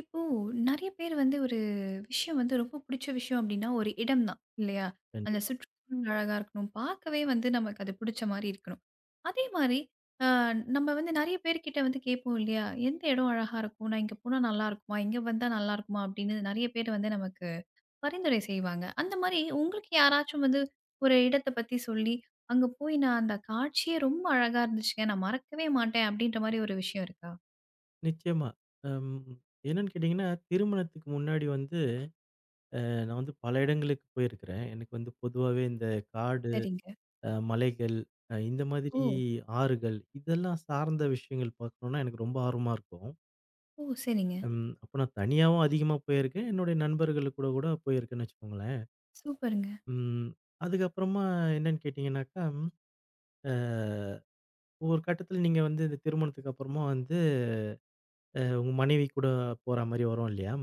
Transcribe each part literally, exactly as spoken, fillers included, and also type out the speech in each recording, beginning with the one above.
இப்போ நெறைய பேர் வந்து ஒரு விஷயம் வந்து ரொம்ப புடிச்ச விஷயம் அப்டின்னா, ஒரு இடம் தான் இல்லையா? அந்த கண்டிப்பா. சுற்றுச்சூழல் அழகா இருக்கணும். பார்க்கவே வந்து நமக்கு அது புடிச்ச மாரி இருக்கணும். அதே மாரி அ நம்ம வந்து நெறைய பேர்கிட்ட வந்து கேட்போம் இல்லையா? எந்த இடம் அழகா இருக்கும்? நான் இங்க போனா நல்லாருக்குமா? இங்க வந்தா நல்லாருக்குமா? அப்டின்னு நெறைய பேர் வந்து நமக்கு பரிந்துரை செய்வாங்க. அந்த மாரி உங்களுக்கு யாராச்சும் வந்து ஒரு இடத்த பத்தி சொல்லி, அங்க போய் நான் அந்த காட்சியே ரொம்ப அழகா இருந்துச்சுங்க. நான் மறக்கவே மாட்டேன் அப்டின்ற மாரி ஒரு விஷயம் இருக்கா? நிச்சயமா. அம் என்னன்னு கேட்டீங்கன்னா, திருமணத்துக்கு முன்னாடி வந்து நான் வந்து பல இடங்களுக்கு போயிருக்கிறேன். எனக்கு வந்து பொதுவாவே இந்த காடு, சரிங்க. அ மலைகள், அ இந்த ஓ! மாதிரி ஆறுகள் இதெல்லாம் சார்ந்த விஷயங்கள் பார்க்கணும்னா எனக்கு ரொம்ப ஆர்வமா இருக்கும். ஓ! சரிங்க. ம் அப்ப நான் தனியாவும் அதிகமா போயிருக்கேன். என்னுடைய நண்பர்கள் கூட கூட போயிருக்கேன்னு வச்சுக்கோங்களேன். சூப்பருங்க. ம் அதுக்கப்புறமா என்னன்னு கேட்டீங்கன்னாக்கா, அ ஒரு கட்டத்தில நீங்க வந்து இந்த திருமணத்துக்கு அப்புறமா வந்து அ உங்க மனைவி கூட போற மாரி வரும் இல்லையா?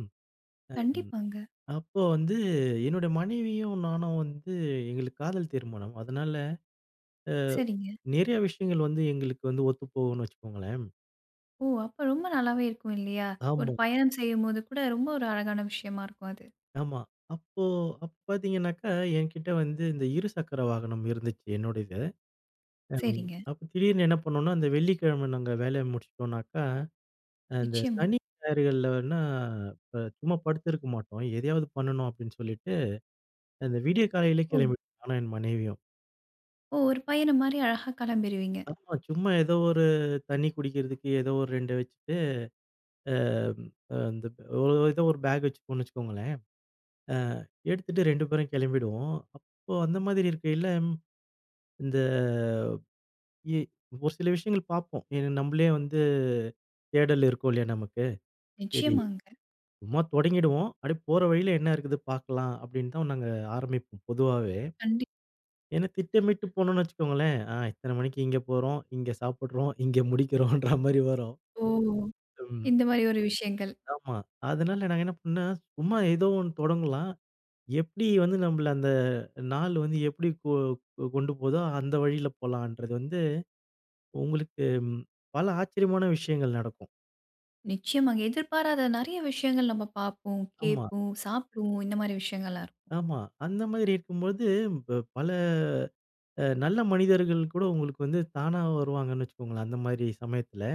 கண்டிப்பாங்க. அப்போ வந்து என்னோட மனைவியும் நானும் வந்து எங்களுக்கு காதல் திருமணம். அதனால சரிங்க. நிறைய விஷயங்கள் வந்து எங்களுக்கு வந்து ஒத்துப்போகும்னு வச்சுக்கோங்களேன். ஓ! அப்ப ரொம்ப நல்லாவே இருக்கும் இல்லையா? ஒரு ஆமா, பயணம் செய்யும்போது கூட ரொம்ப ஒரு அழகான விஷயமா இருக்கும் அது. ஆமா. அப்போ அப்ப பார்த்தீங்கன்னாக்கா, என்கிட்ட வந்து இந்த இருசக்கர வாகனம் இருந்துச்சு என்னோடது. அம் சரிங்க. அப்ப திடீர்னு என்ன பண்ணோம்னா, அந்த வெள்ளிக்கிழமை நாங்க வேலைய முடிச்சுட்டோம்னாக்கா, அந்த நிச்சயமா. சனி, ஞாயிறுகள்லன்னா இப்ப சும்மா படுத்திருக்க மாட்டோம். எதையாவது பண்ணணும் அப்படின்னு சொல்லிட்டு, அந்த விடிய காலையிலே ஓ! கிளம்பிட்டோம் நானும் என் மனைவியும். ஓ! ஒரு பயணம் மாரி அழகா கிளம்பிருவீங்க. ஆமா, சும்மா ஏதோ ஒரு தண்ணி குடிக்கிறதுக்கு ஏதோ ஒரு ரெண்டு வச்சுட்டு அ அ இந்த ஒரு இத ஒரு பேக் வச்சுப்போம்னு வச்சுக்கோங்களேன். அ எடுத்துட்டு ரெண்டு பேரும் கிளம்பிடுவோம். அப்போ அந்த மாதிரி இருக்கையில, இந்த இ ஒரு சில விஷயங்கள் பார்ப்போம். ஏன்னா நம்மளே வந்து தேடல் இருக்கும் இல்லையா நமக்கு. சரி, நிச்சயமாங்க. சும்மா தொடங்கிடுவோம். அப்படியே போற வழியில என்ன இருக்குது பார்க்கலாம் அப்படின்னு தான் நாங்க ஆரம்பிப்போம் பொதுவாவே. கண்டிப் ஏன்னா திட்டமிட்டு போனோம்னு வச்சுக்கோங்களேன், ஆ இத்தனை மணிக்கு இங்க போறோம், இங்க சாப்பிடுறோம், இங்க முடிக்கிறோம்ன்ற மாரி வரும். ஓ! ம். இந்த மாரி ஒரு விஷயங்கள். ஆமா. அதனால நாங்க என்ன பண்ணோம், சும்மா ஏதோ ஒண்ணு தொடங்கலாம். எப்படி வந்து நம்மள அந்த நாள் வந்து எப்படி கொ கொ- கொண்டு போதோ, அந்த வழியில போலான்றது வந்து உங்களுக்கு ம், பல ஆச்சரியமான விஷயங்கள் நடக்கும். நிச்சயமாங்க. எதிர்பாராத நெறைய விஷயங்கள் நம்ம பார்ப்போம், ஆமா, கேட்போம், சாப்பிடுவோம். இந்த மாரி விஷயங்கள்லாம் இருக்கும். ஆமா. அந்த மாதிரி இருக்கும்போது ப பல அ நல்ல மனிதர்கள் கூட உங்களுக்கு வந்து தானா வருவாங்கன்னு வச்சுக்கோங்களேன், அந்த மாதிரி சமயத்துல.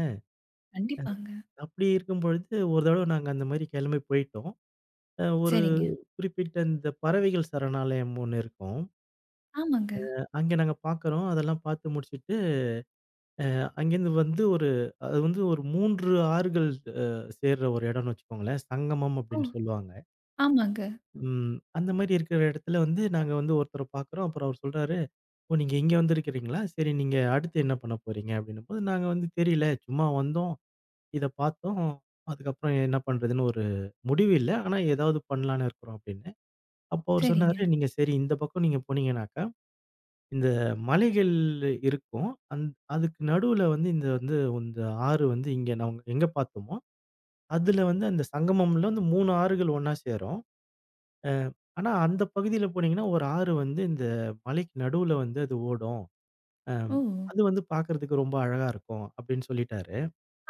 கண்டிப்பாங்க. அப்படி இருக்கும் பொழுது ஒரு தடவ நாங்க அந்த மாதிரி கிளம்பி போயிட்டோம். அ ஒரு சரிங்க. குறிப்பிட்ட இந்த பறவைகள் சரணாலயம் ஒண்ணு இருக்கும். ஆமாங்க. அங்க நாங்க பார்க்குறோம். அதெல்லாம் பார்த்து முடிச்சுட்டு அங்கேருந்து வந்து ஒரு அது வந்து ஒரு மூன்று ஆறுகள் அ சேர்ற ஒரு இடம்னு வச்சுக்கோங்களேன். சங்கமம் ஓ! அப்படின்னு சொல்லுவாங்க. ஆமாங்க. ம். அந்த மாரி இருக்கிற இடத்துல வந்து நாங்க வந்து ஒருத்தர பார்க்குறோம். அப்புறம் அவர் சொல்றாரு, "ஓ! நீங்க இங்க வந்திருக்கிறீங்களா? சரி நீங்க அடுத்து என்ன பண்ண போறீங்க?" அப்படின்னும்போது, நாங்க வந்து தெரியல. சும்மா வந்தோம். இத பார்த்தோம். அதுக்கப்புறம் என்ன பண்றதுன்னு ஒரு முடிவு இல்ல. ஆனா ஏதாவது பண்ணலான்னு இருக்கிறோம் அப்படின்னு. அப்போ அவர் சரிங்க. சொன்னாரு, "நீங்க சரி இந்த பக்கம் நீங்க போனீங்கனாக்க" இந்த மலைகள் இருக்கும். அந் அதுக்கு நடுவுல வந்து இந்த வந்து இந்த ஆறு வந்து இங்க நாங்க எங்க பார்த்தோமோ, அதுல வந்து அந்த சங்கமம்ல வந்து மூணு ஆறுகள் ஒண்ணா சேரும். அ ஆனா அந்த பகுதியில போனீங்கன்னா, ஒரு ஆறு வந்து இந்த மலைக்கு நடுவுல வந்து அது ஓடும். அம் ஓ! அது வந்து பார்க்கறதுக்கு ரொம்ப அழகா இருக்கும் அப்படின்னு சொல்லிட்டாரு.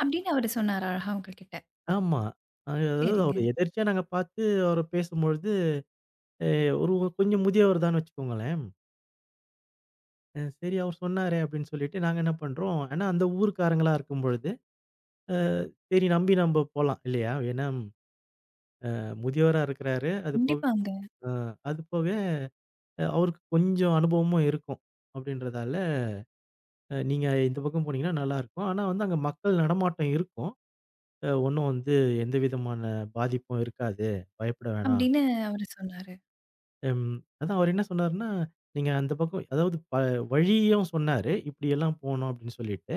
அப்படின்னு அவரு சொன்னாரா அழகா உங்ககிட்ட? ஆமா. அஹ், அதாவது சரிங்க. அவரு எதர்ச்சியா நாங்க பார்த்து அவர பேசும்பொழுது, அ ஒரு கொஞ்சம் முதியவர் தான்னு வச்சுக்கோங்களேன். அ சரி அவர் சொன்னாரே அப்படின்னு சொல்லிட்டு நாங்க என்ன பண்றோம், ஏன்னா அந்த ஊர்க்காரங்களா இருக்கும் பொழுது அ சரி நம்பி நம்ப போலாம் இல்லையா? ஏன்னா அ முதியவரா இருக்கிறாரு. அது போக கண்டிப்பாங்க. அ அது போக அஹ் அவருக்கு கொஞ்சம் அனுபவமும் இருக்கும். அப்படின்றதால அ நீங்க இந்த பக்கம் போனீங்கன்னா நல்லாருக்கும். ஆனா வந்து அங்க மக்கள் நடமாட்டம் இருக்கும். அ ஒண்ணும் வந்து எந்த விதமான பாதிப்பும் இருக்காது. பயப்பட வேணாம். அப்படின்னு அவரு சொன்னாரு. ம் அதான் அவர் என்ன சொன்னாருன்னா, நீங்க அந்த பக்கம் அதாவது ப வழியும் சொன்னாரு. இப்படியெல்லாம் போணும் அப்படின்னு சொல்லிட்டு.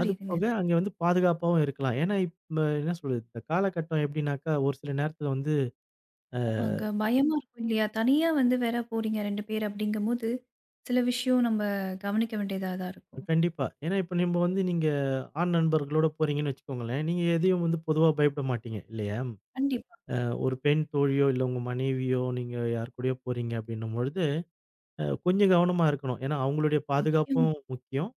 அது போக அங்க வந்து பாதுகாப்பாவும் இருக்கலாம். ஏன்னா இப்ப என்ன சொல்றது? இந்த காலகட்டம் எப்படின்னாக்கா ஒரு சில நேரத்துல வந்து ஆமாங்க. பயமா இருக்கும் இல்லையா? தனியா வந்து வேற போறீங்க ரெண்டு பேர் அப்படிங்கும்போது, சில விஷயம் நம்ம கவனிக்க வேண்டியதா தான் இருக்கும். கண்டிப்பா. ஏன்னா, இப்ப நம்ப வந்து நீங்க ஆண் நண்பர்களோட போறீங்கன்னு வச்சுக்கோங்களேன், நீங்க எதையும் வந்து பொதுவா பயப்பட மாட்டீங்க இல்லையா? கண்டிப்பா. அ ஒரு பெண் தோழியோ, இல்ல உங்க மனைவியோ, நீங்க யார் கூடயோ போறீங்க அப்படின்னும்பொழுது, அ கொஞ்சம் கவனமா இருக்கணும். ஏன்னா, அவங்களுடைய நிச்சயம். பாதுகாப்பும் முக்கியம்.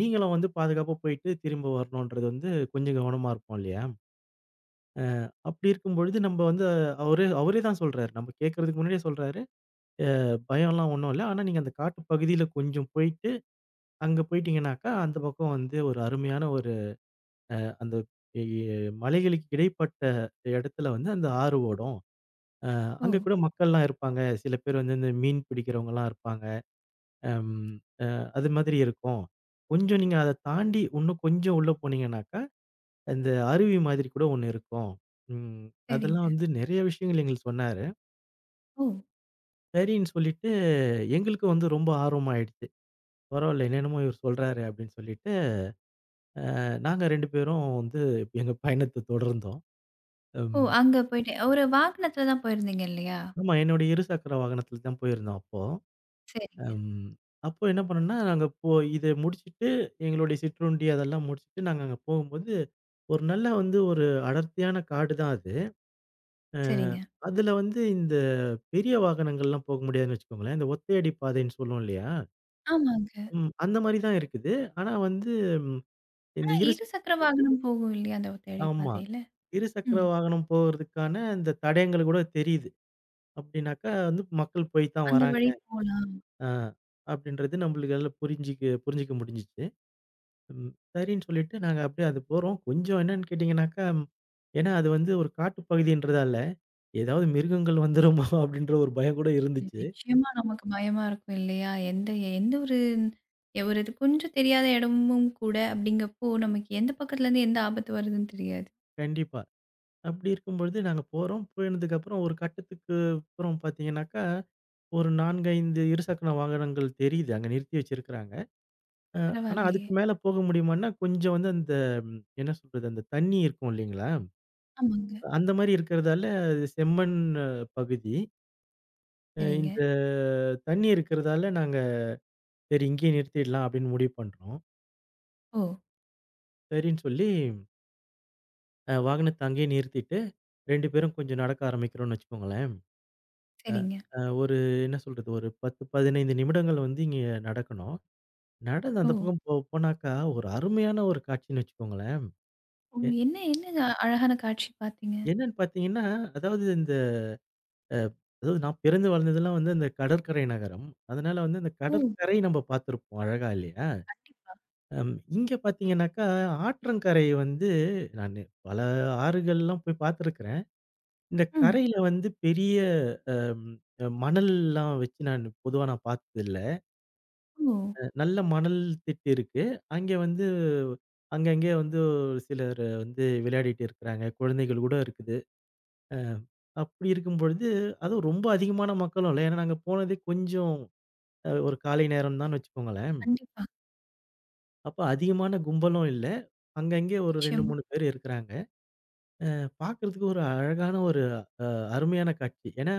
நீங்களும் வந்து பாதுகாப்பா போயிட்டு திரும்ப வரணுன்றது வந்து கொஞ்சம் கவனமா இருப்போம் இல்லையா? அப்படி இருக்கும்பொழுது நம்ப வந்து அஹ், அவரே அவரே தான் சொல்றாரு. நம்ம கேட்கறதுக்கு முன்னாடியே சொல்றாரு. "அ பயம்லாம் ஒண்ணும் இல்ல. ஆனா, நீங்க அந்த காட்டு பகுதியில கொஞ்சம் போயிட்டு, அங்க போயிட்டீங்கன்னாக்கா, அந்த பக்கம் வந்து ஒரு அருமையான ஒரு அந்த எ எ மலைகளுக்கு இடைப்பட்ட இடத்துல வந்து அந்த ஆறு ஓடும். அ ஓ! அங்க கூட மக்கள்லாம் இருப்பாங்க. சில பேர் வந்து இந்த மீன் பிடிக்கிறவங்கலாம் இருப்பாங்க. அம் அது மாதிரி இருக்கும். கொஞ்சம் நீங்க அத தாண்டி இன்னும் கொஞ்சம் உள்ள போனீங்கன்னாக்கா, இந்த அருவி மாதிரி கூட ஒண்ணு இருக்கும். ம். சரிங்க. அதெல்லாம் வந்து நெறைய விஷயங்கள் எங்களுக்கு சொன்னாரு. ஓ! சரின்னு சொல்லிட்டு எங்களுக்கும் வந்து ரொம்ப ஆர்வமாயிடுச்சு. பரவால்ல என்னென்னமோ இவர் சொல்றாரு அப்படின்னு சொல்லிட்டு, அஹ், நாங்க ரெண்டு பேரும் வந்து எங்க பயணத்த தொடர்ந்தோம். ஓ! ம். அங்க போயிட்டு ஒரு வாகனத்துல தான் போயிருந்தீங்க இல்லையா? ஆமா என்னுடைய இருசக்கர வாகனத்துல தான் போயிருந்தோம் அப்போ. சரி, அம். அப்போ என்ன பண்ணோம்னா, நாங்க போ இத முடிச்சுட்டு எங்களுடைய சிற்றுண்டி அதெல்லாம் முடிச்சுட்டு நாங்க அங்க போகும்போது, ஒரு நல்ல வந்து ஒரு அடர்த்தியான காடு தான் அது. சரிங்க. அதுல வந்து இந்த பெரிய வாகனங்கள்லாம் போக முடியாதுன்னு வச்சுக்கோங்களேன். இந்த ஒத்தையடி பாதைன்னு சொல்லுவோம் இல்லையா? ஆமாங்க. ம். அந்த மாரி தான் இருக்குது. ஆனா வந்து ம் இந்த ஆனா, இரு இருசக்கர வாகனம் போகும் இல்லையா அந்த தேடி ஆமா. பாதையில? இருசக்கர ம். வாகனம் போறதுக்கான இந்த தடயங்கள் கூட தெரியுது. அப்படின்னாக்கா வந்து மக்கள் போய் தான் அந்த வராங்க. வழி போலாம். அ அப்படின்றது நம்மளுக்கு நல்லா புரிஞ்சுக்க புரிஞ்சுக்க முடிஞ்சுச்சு. ம். சரின்னு சொல்லிட்டு நாங்க அப்படியே அது போறோம். கொஞ்சம் என்னன்னு கேட்டீங்கன்னாக்கா, ஏன்னா அது வந்து ஒரு காட்டுப் பகுதின்றதால, ஏதாவது மிருகங்கள் வந்துருமோ அப்படின்ற ஒரு பயம் கூட இது இருந்துச்சு. நிச்சயமா நமக்கு பயமா இருக்கும் இல்லையா? எந்த எந்த ஒரு ஒரு இது கொஞ்சம் தெரியாத இடமும் கூட அப்படிங்கப்போ, நமக்கு எந்த பக்கத்துலருந்து எந்த ஆபத்து வருதுன்னு தெரியாது. கண்டிப்பா. அப்படி இருக்கும்பொழுது நாங்க போறோம். போனதுக்கப்புறம் ஒரு கட்டத்துக்கு அப்புறம் பார்த்தீங்கன்னாக்கா, ஒரு நான்கு, ஐந்து இருசக்கர வாகனங்கள் தெரியுது. அங்க நிறுத்தி வச்சிருக்கிறாங்க. ஆனா பரவாயில்லையே. அதுக்கு மேல போக முடியுமான்னா, கொஞ்சம் வந்து அந்த ம், என்ன சொல்றது, அந்த தண்ணி இருக்கும் இல்லைங்களா? ஆமாங்க. அந்த மாரி இருக்கிறதால, அது செம்மண் அஹ், பகுதி. அ சரிங்க. இந்த தண்ணி இருக்கிறதால நாங்க சரி இங்கேயே நிறுத்திடலாம் அப்படின்னு முடிவு பண்றோம். ஓ! சரின்னு சொல்லி அ வாகனத்த அங்கேயே நிறுத்திட்டு ரெண்டு பேரும் கொஞ்சம் நடக்க ஆரம்பிக்கிறோம்னு வச்சுக்கோங்களேன். சரிங்க. அ ஒரு என்ன சொல்றது ஒரு பத்து, பதினைந்து நிமிடங்கள் வந்து இங்க நடக்கணும். நடந்து ஓ! அந்த பக்கம் போ போனாக்கா ஒரு அருமையான ஒரு காட்சின்னு வச்சுக்கோங்களேன். ஓ! எ என்ன என்னங்க அழகான காட்சி பார்த்தீங்க? என்னன்னு பார்த்தீங்கன்னா, அதாவது இந்த அ அதாவது நான் பிறந்து வளர்ந்ததெல்லாம் வந்து அந்த கடற்கரை நகரம். அதனால வந்து அந்த ஓ! கடற்கரை நம்ம பார்த்துருப்போம் அழகா இல்லையா? கண்டிப்பா. அம் இங்க பார்த்தீங்கன்னாக்கா ஆற்றங்கரை வந்து நான் பல ஆறுகள்லாம் போய் பார்த்துருக்கிறேன். இந்த ம். கரையில வந்து பெரிய அம், அ மணல்லாம் வச்சு நான் பொதுவா நான் பார்த்ததில்ல. ஓ! அ நல்ல மணல் திட்டு இருக்கு. அங்கே வந்து அங்கங்கே வந்து ஒரு சிலர் வந்து விளையாடிட்டு இருக்கிறாங்க. குழந்தைகள் கூட இருக்குது. அ அப்படி இருக்கும் பொழுது, அதுவும் ரொம்ப அதிகமான மக்களும் இல்ல. ஏன்னா நாங்க போனதே கொஞ்சம் அ ஒரு காலை நேரம் தான்னு வச்சுக்கோங்களேன். கண்டிப்பா. அப்ப அதிகமான கும்பலும் இல்ல. அங்கங்கே ஒரு ரெண்டு, நிச்சயமா. மூணு பேர் இருக்கிறாங்க. அ பார்க்கறதுக்கு ஒரு அழகான ஒரு அ அருமையான காட்சி. ஏன்னா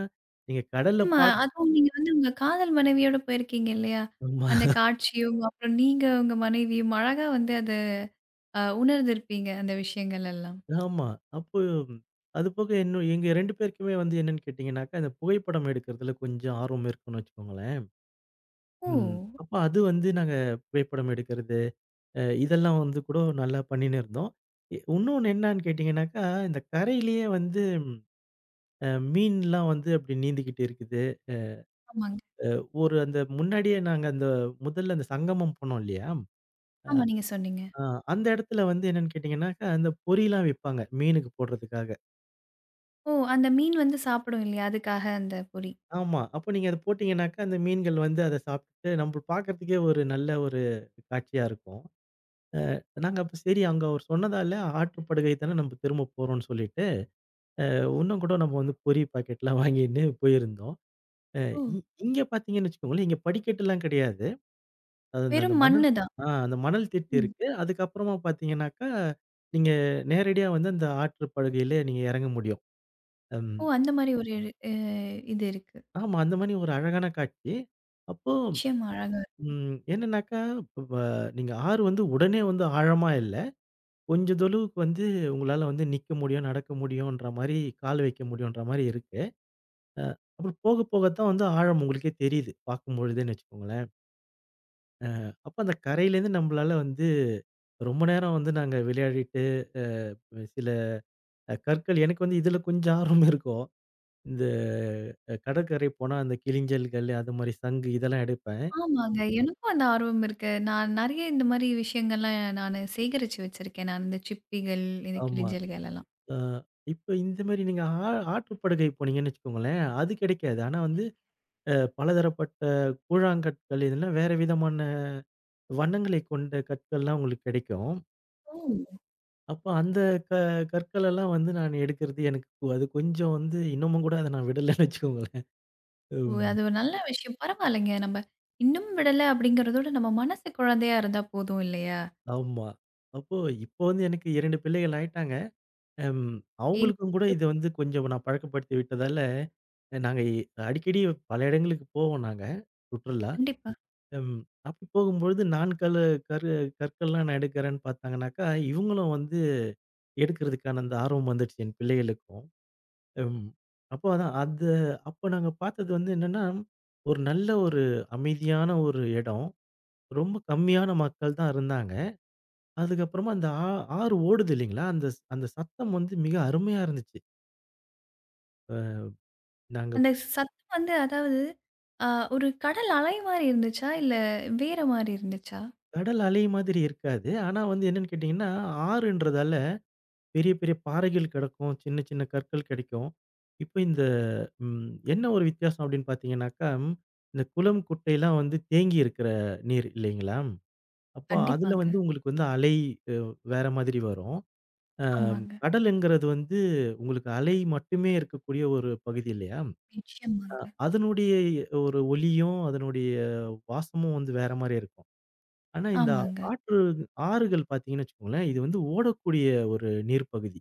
நீங்க கடல்ல நிச்சயமா. பார்த்து அதுவும் நீங்க வந்து உங்க காதல் மனைவியோட போயிருக்கீங்க இல்லையா? அந்த காட்சியும், அப்புறம் நீங்க உங்க மனைவியும் அழகா வந்து அத அ உணர்ந்திருப்பீங்க, அந்த விஷயங்கள் எல்லாம். ஆமா. அப்போ அதுபோக இன்னும் எங்க ரெண்டு பேருக்குமே வந்து என்னன்னு கேட்டீங்கன்னாக்கா, இந்த புகைப்படம் எடுக்கிறதுல கொஞ்சம் ஆர்வம் இருக்குன்னு வச்சுக்கோங்களேன். ஓ! ம். அப்ப அது வந்து நாங்க புகைப்படம் எடுக்கிறது, அ இதெல்லாம் வந்து கூட நல்லா பண்ணின்னு இருந்தோம். இ இன்னொன்னு என்னான்னு கேட்டீங்கன்னாக்கா, இந்த கரையிலேயே வந்து அ மீன்லாம் வந்து அப்படி நீந்திக்கிட்டு இருக்குது. ஆமாங்க. ஒரு அந்த முன்னாடியே நாங்க அந்த முதல்ல அந்த சங்கமம் போனோம் இல்லையா? ஆமா நீங்க சொன்னீங்க. அ அந்த இடத்துல வந்து என்னன்னு கேட்டீங்கன்னாக்கா, அந்த பொறிலாம் விப்பாங்க, மீனுக்கு போடுறதுக்காக. ஓ! அந்த மீன் வந்து சாப்பிடும் இல்லையா? அதுக்காக அந்த பொறி. ஆமா. அப்போ நீங்க அத போட்டீங்கன்னாக்கா, அந்த மீன்கள் வந்து அத சாப்பிட்டு நம்ம பார்க்கறதுக்கே ஒரு நல்ல ஒரு காட்சியா இருக்கும். அ நாங்க அப்ப சரி அங்க அவர் சொன்னதால ஆற்றுப்படுகை தானே நம்ம திரும்ப போறோம்ன்னு சொல்லிட்டு, இன்னும் கூட நம்ம வந்து பொரி பாக்கெட்லாம் வாங்கின்னு போயிருந்தோம். அ ஓ! இ இங்க பார்த்தீங்கன்னு வச்சுக்கோங்களேன், இங்க படிக்கட்டுலாம் கிடையாது. அது அந்த அந்த வெறும் மணல் மண்ணு தான். ஆ அந்த மணல் திட்டு ம். இருக்கு. அதுக்கப்புறமா பார்த்தீங்கன்னாக்கா, நீங்க நேரடியா வந்து அந்த ஆற்றுப்படுகையில நீங்க இறங்க முடியும். ம். ஓ! அந்த மாரி ஒரு அ இது இருக்கு. ஆமா அந்த மாரி ஒரு அழகான காட்சி. அப்போ நிச்சயமா அழகா ம். என்னன்னாக்கா, இப்ப நீங்க ஆறு வந்து உடனே வந்து ஆழமா இல்ல. கொஞ்ச தொழுவுக்கு வந்து உங்களால வந்து நிக்க முடியும், நடக்க முடியும்ன்ற மாரி, கால் வைக்க முடியும்ன்ற மாரி இருக்கு. அ அப்புறம் போக போக தான் வந்து ஆழம் உங்களுக்கே தெரியுது. பார்க்கும்பொழுதுன்னு வச்சுக்கோங்களேன். அப்ப அந்த கரையிலேருந்து நம்பளால வந்து ரொம்ப நேரம் வந்து நாங்க விளையாடிட்டு, அ சில அஹ், கற்கள் எனக்கு வந்து இதுல கொஞ்சம் ஆர்வம் இருக்கும். இந்த அஹ், கடற்கரை போனா அந்த கிளிஞ்சல்கள், அது மாரி சங்கு இதெல்லாம் எடுப்பேன். ஆமாங்க. எனக்கும் அந்த ஆர்வம் இருக்கு. நான் நெறைய இந்த மாரி விஷயங்கள்லாம் நானு சேகரிச்சு வச்சிருக்கேன். நான் இந்த சிப்பிகள், இந்த ஆமா. கிளிஞ்சல்கள் எல்லாம். ஆ, இப்ப இந்த மாரி நீங்க ஆ ஆற்றுப்படுகை போனீங்கன்னு வச்சுக்கோங்களேன், அது கிடைக்காது. ஆனா வந்து அ பலதரப்பட்ட கூழாங்கற்கள் இதெல்லாம் வேற விதமான வண்ணங்களை கொண்ட கற்கள்லாம் உங்களுக்கு கிடைக்கும். ஓ! அப்ப அந்த க கற்களெல்லாம் வந்து நான் எடுக்கிறது எனக்கு கொ- அது கொஞ்சம் வந்து இன்னமும் கூட அத நான் விடலன்னு வச்சுக்கோங்களேன். ஓ! ம். அது ஒரு நல்ல விஷயம். பரவாயில்லங்க. நம்ம இன்னும் விடல அப்படிங்கிறதோட நம்ம மனசு குழந்தையா இருந்தா போதும் இல்லையா? ஆமா. அப்போ இப்போ வந்து எனக்கு இரண்டு பிள்ளைகள் ஆயிட்டாங்க. ம். ஏய் அவங்களுக்கும் கூட இத வந்து கொஞ்சம் நான் பழக்கப்படுத்தி விட்டதால, அஹ், நாங்க இ- அடிக்கடி பல இடங்களுக்கு போவோம் நாங்க, சுற்றுலா. கண்டிப்பா. ம். அப்படி போகும்பொழுது நான் கல்லு கரு கற்கள்லாம் நான் எடுக்கிறேன்னு பார்த்தாங்கனாக்கா, இவங்களும் வந்து எடுக்கிறதுக்கான அந்த ஆர்வம் வந்துடுச்சு என் பிள்ளைகளுக்கும். ம். அப்போ அதான் அது அப்போ நாங்க பார்த்தது வந்து என்னன்னா, ஒரு நல்ல ஒரு அமைதியான ஒரு இடம். ரொம்ப கம்மியான மக்கள் தான் இருந்தாங்க. அதுக்கப்புறமா அந்த ஆ ஆறு ஓடுது இல்லைங்களா, அந்த ஸ் அந்த சத்தம் வந்து மிக அருமையா இருந்துச்சு. அ நாங்க அந்த சத்தம் வந்து அதாவது அ ஒரு கடல் அலை மாரி இருந்துச்சா? இல்ல வேற மாரி இருந்துச்சா? கடல் அலை மாதிரி இருக்காது. ஆனா வந்து என்னன்னு கேட்டீங்கன்னா, ஆறுன்றதால பெரிய, பெரிய பாறைகள் கிடக்கும். சின்ன, சின்ன கற்கள் கிடைக்கும். இப்ப இந்த ம் என்ன ஒரு வித்தியாசம் அப்படின்னு பார்த்தீங்கன்னாக்கா, ம், இந்த குளம், குட்டைலாம் வந்து தேங்கி இருக்கிற நீர் இல்லைங்களா? அப்போ அதுல கண்டிப்பாங்க. வந்து உங்களுக்கு வந்து அலை அ வேற மாதிரி வரும். அ ஆமாங்க. கடலுங்கிறது வந்து உங்களுக்கு அலை மட்டுமே இருக்கக்கூடிய ஒரு பகுதி இல்லையா? நிச்சயமாங்க. அதனுடைய ஒரு ஒலியும், அதனுடைய வாசமும் வந்து வேற மாரி இருக்கும். ஆனா, இந்த ஆமாங்க. ஆற்று ஆறுகள் பார்த்தீங்கன்னு வச்சுக்கோங்களேன், இது வந்து ஓடக்கூடிய ஒரு நீர் பகுதி.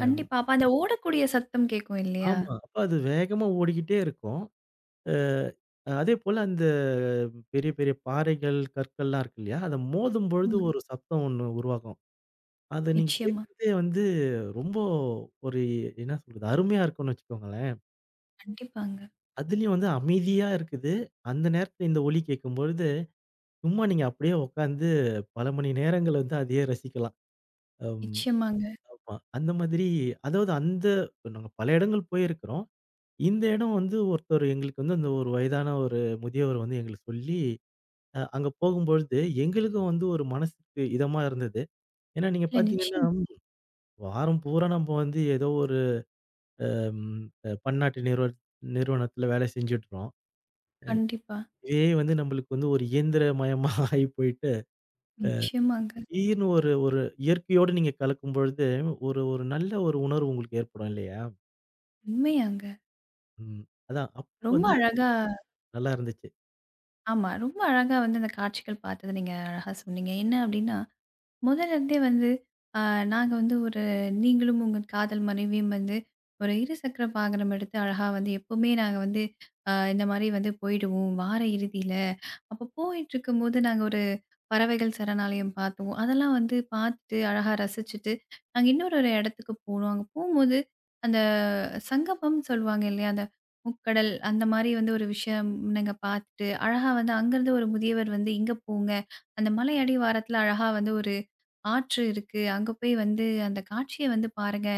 கண்டிப்பா. அப்ப அந்த ஓடக்கூடிய சத்தம் கேட்கும் இல்லையா? ஆமா. அப்ப அது வேகமா ஓடிக்கிட்டே இருக்கும். அ அதேபோல அந்த பெரிய, பெரிய பாறைகள், கற்கள்லாம் இருக்கு இல்லையா? அத மோதும் பொழுது ஆமா. ம். ஒரு சத்தம் ஒண்ணு உருவாகும். அத நீங்க நிச்சயமா. கேட்கிறதே வந்து ரொம்ப ஒரு என்ன சொல்றது? அருமையா இருக்கும்னு வச்சுக்கோங்களேன். கண்டிப்பாங்க. அதுலயும் வந்து அமைதியா இருக்குது. அந்த நேரத்துல இந்த ஒலி கேட்கும்பொழுது, சும்மா நீங்க அப்படியே உட்கார்ந்து பல மணி நேரங்கள் வந்து அதையே ரசிக்கலாம். அம் நிச்சயமாங்க. ஆமா. அந்த மாதிரி அதாவது அந்த இப்ப நாங்க பல இடங்கள் போயிருக்கிறோம். இந்த இடம் வந்து ஒருத்தர் எங்களுக்கு வந்து அந்த ஒரு வயதான ஒரு முதியவர் வந்து எங்களுக்கு சொல்லி, அ அங்க போகும்பொழுது எங்களுக்கும் வந்து ஒரு மனசுக்கு இதமா இருந்தது. ஏன்னா நீங்க இல்ல பார்த்தீங்கன்னா, நிச்சயமா. வாரம் பூரா நம்ம வந்து ஏதோ ஒரு ம் அ பன்னாட்டு நிறுவ நிறுவனத்துல வேலை செஞ்சுட்றோம். அ கண்டிப்பா. இதே வந்து நம்மளுக்கு வந்து ஒரு இயந்திரமயமா ஆகி போயிட்டு, நிச்சயமாங்க. திடீர்னு ஒரு ஒரு இயற்கையோடு நீங்க கலக்கும் பொழுது, ஒரு ஒரு நல்ல ஒரு உணர்வு உங்களுக்கு ஏற்படும் இல்லையா? உண்மையாங்க. ம். அதான் அப்ப ரொம்ப வந்து அது அழகா நல்லா இருந்துச்சு. ஆமா. ரொம்ப அழகா வந்து அந்த காட்சிகள் பார்த்தத நீங்க அழகா சொன்னீங்க. என்ன அப்டின்னா, முதல்ல இருந்தே வந்து அ நாங்க வந்து ஒரு நீங்களும் உங்க காதல் மனைவியும் வந்து ஒரு இருசக்கர வாகனம் எடுத்து அழகா வந்து எப்பவுமே நாங்க வந்து அ இந்த மாரி வந்து போயிடுவோம். வார இறுதியில. அப்போ போயிட்டுருக்கும்போது நாங்க பறவைகள் சரணாலயம் பார்த்தோம். அதெல்லாம் வந்து பார்த்துட்டு, அழகா ரசிச்சுட்டு, நாங்க இன்னொரு ஒரு இடத்துக்கு போனோம். அங்க போம்போது, அந்த சங்கமம் சொல்லுவாங்க இல்லையா? அந்த முக்கடல் அந்த மாரி வந்து ஒரு விஷயம் நாங்க பார்த்துட்டு, அழகா வந்து அங்கருந்து ஒரு முதியவர் வந்து, "இங்க போங்க. அந்த மலையடி வாரத்தில அழகா வந்து ஒரு ஆற்று இருக்கு. அங்க போய் வந்து அந்த காட்சிய வந்து பாருங்க.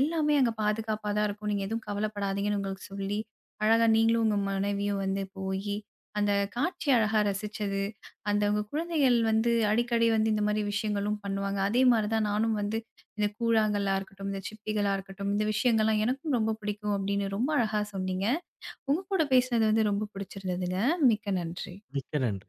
எல்லாமே அங்க பாதுகாப்பா தான் இருக்கும். நீங்க எதுவும் கவலைப்படாதீங்கன்னு" உங்களுக்கு சொல்லி, அழகா நீங்களும் உங்க மனைவியும் வந்து போயி, அந்த காட்சிய அழகா ரசிச்சது. அந்த அவங்க குழந்தைகள் வந்து அடிக்கடி வந்து இந்த மாரி விஷயங்களும் பண்ணுவாங்க. அதே மாரி தான் நானும் வந்து இந்த கூழாங்கல்லா இருக்கட்டும், இந்த சிப்பிகளா இருக்கட்டும், இந்த விஷயங்கள்லாம் எனக்கும் ரொம்ப பிடிக்கும் அப்படின்னு ரொம்ப அழகா சொன்னீங்க. உங்க கூட பேசினது வந்து ரொம்ப பிடிச்சிருந்ததுங்க. மிக்க நன்றி. மிக்க நன்றி.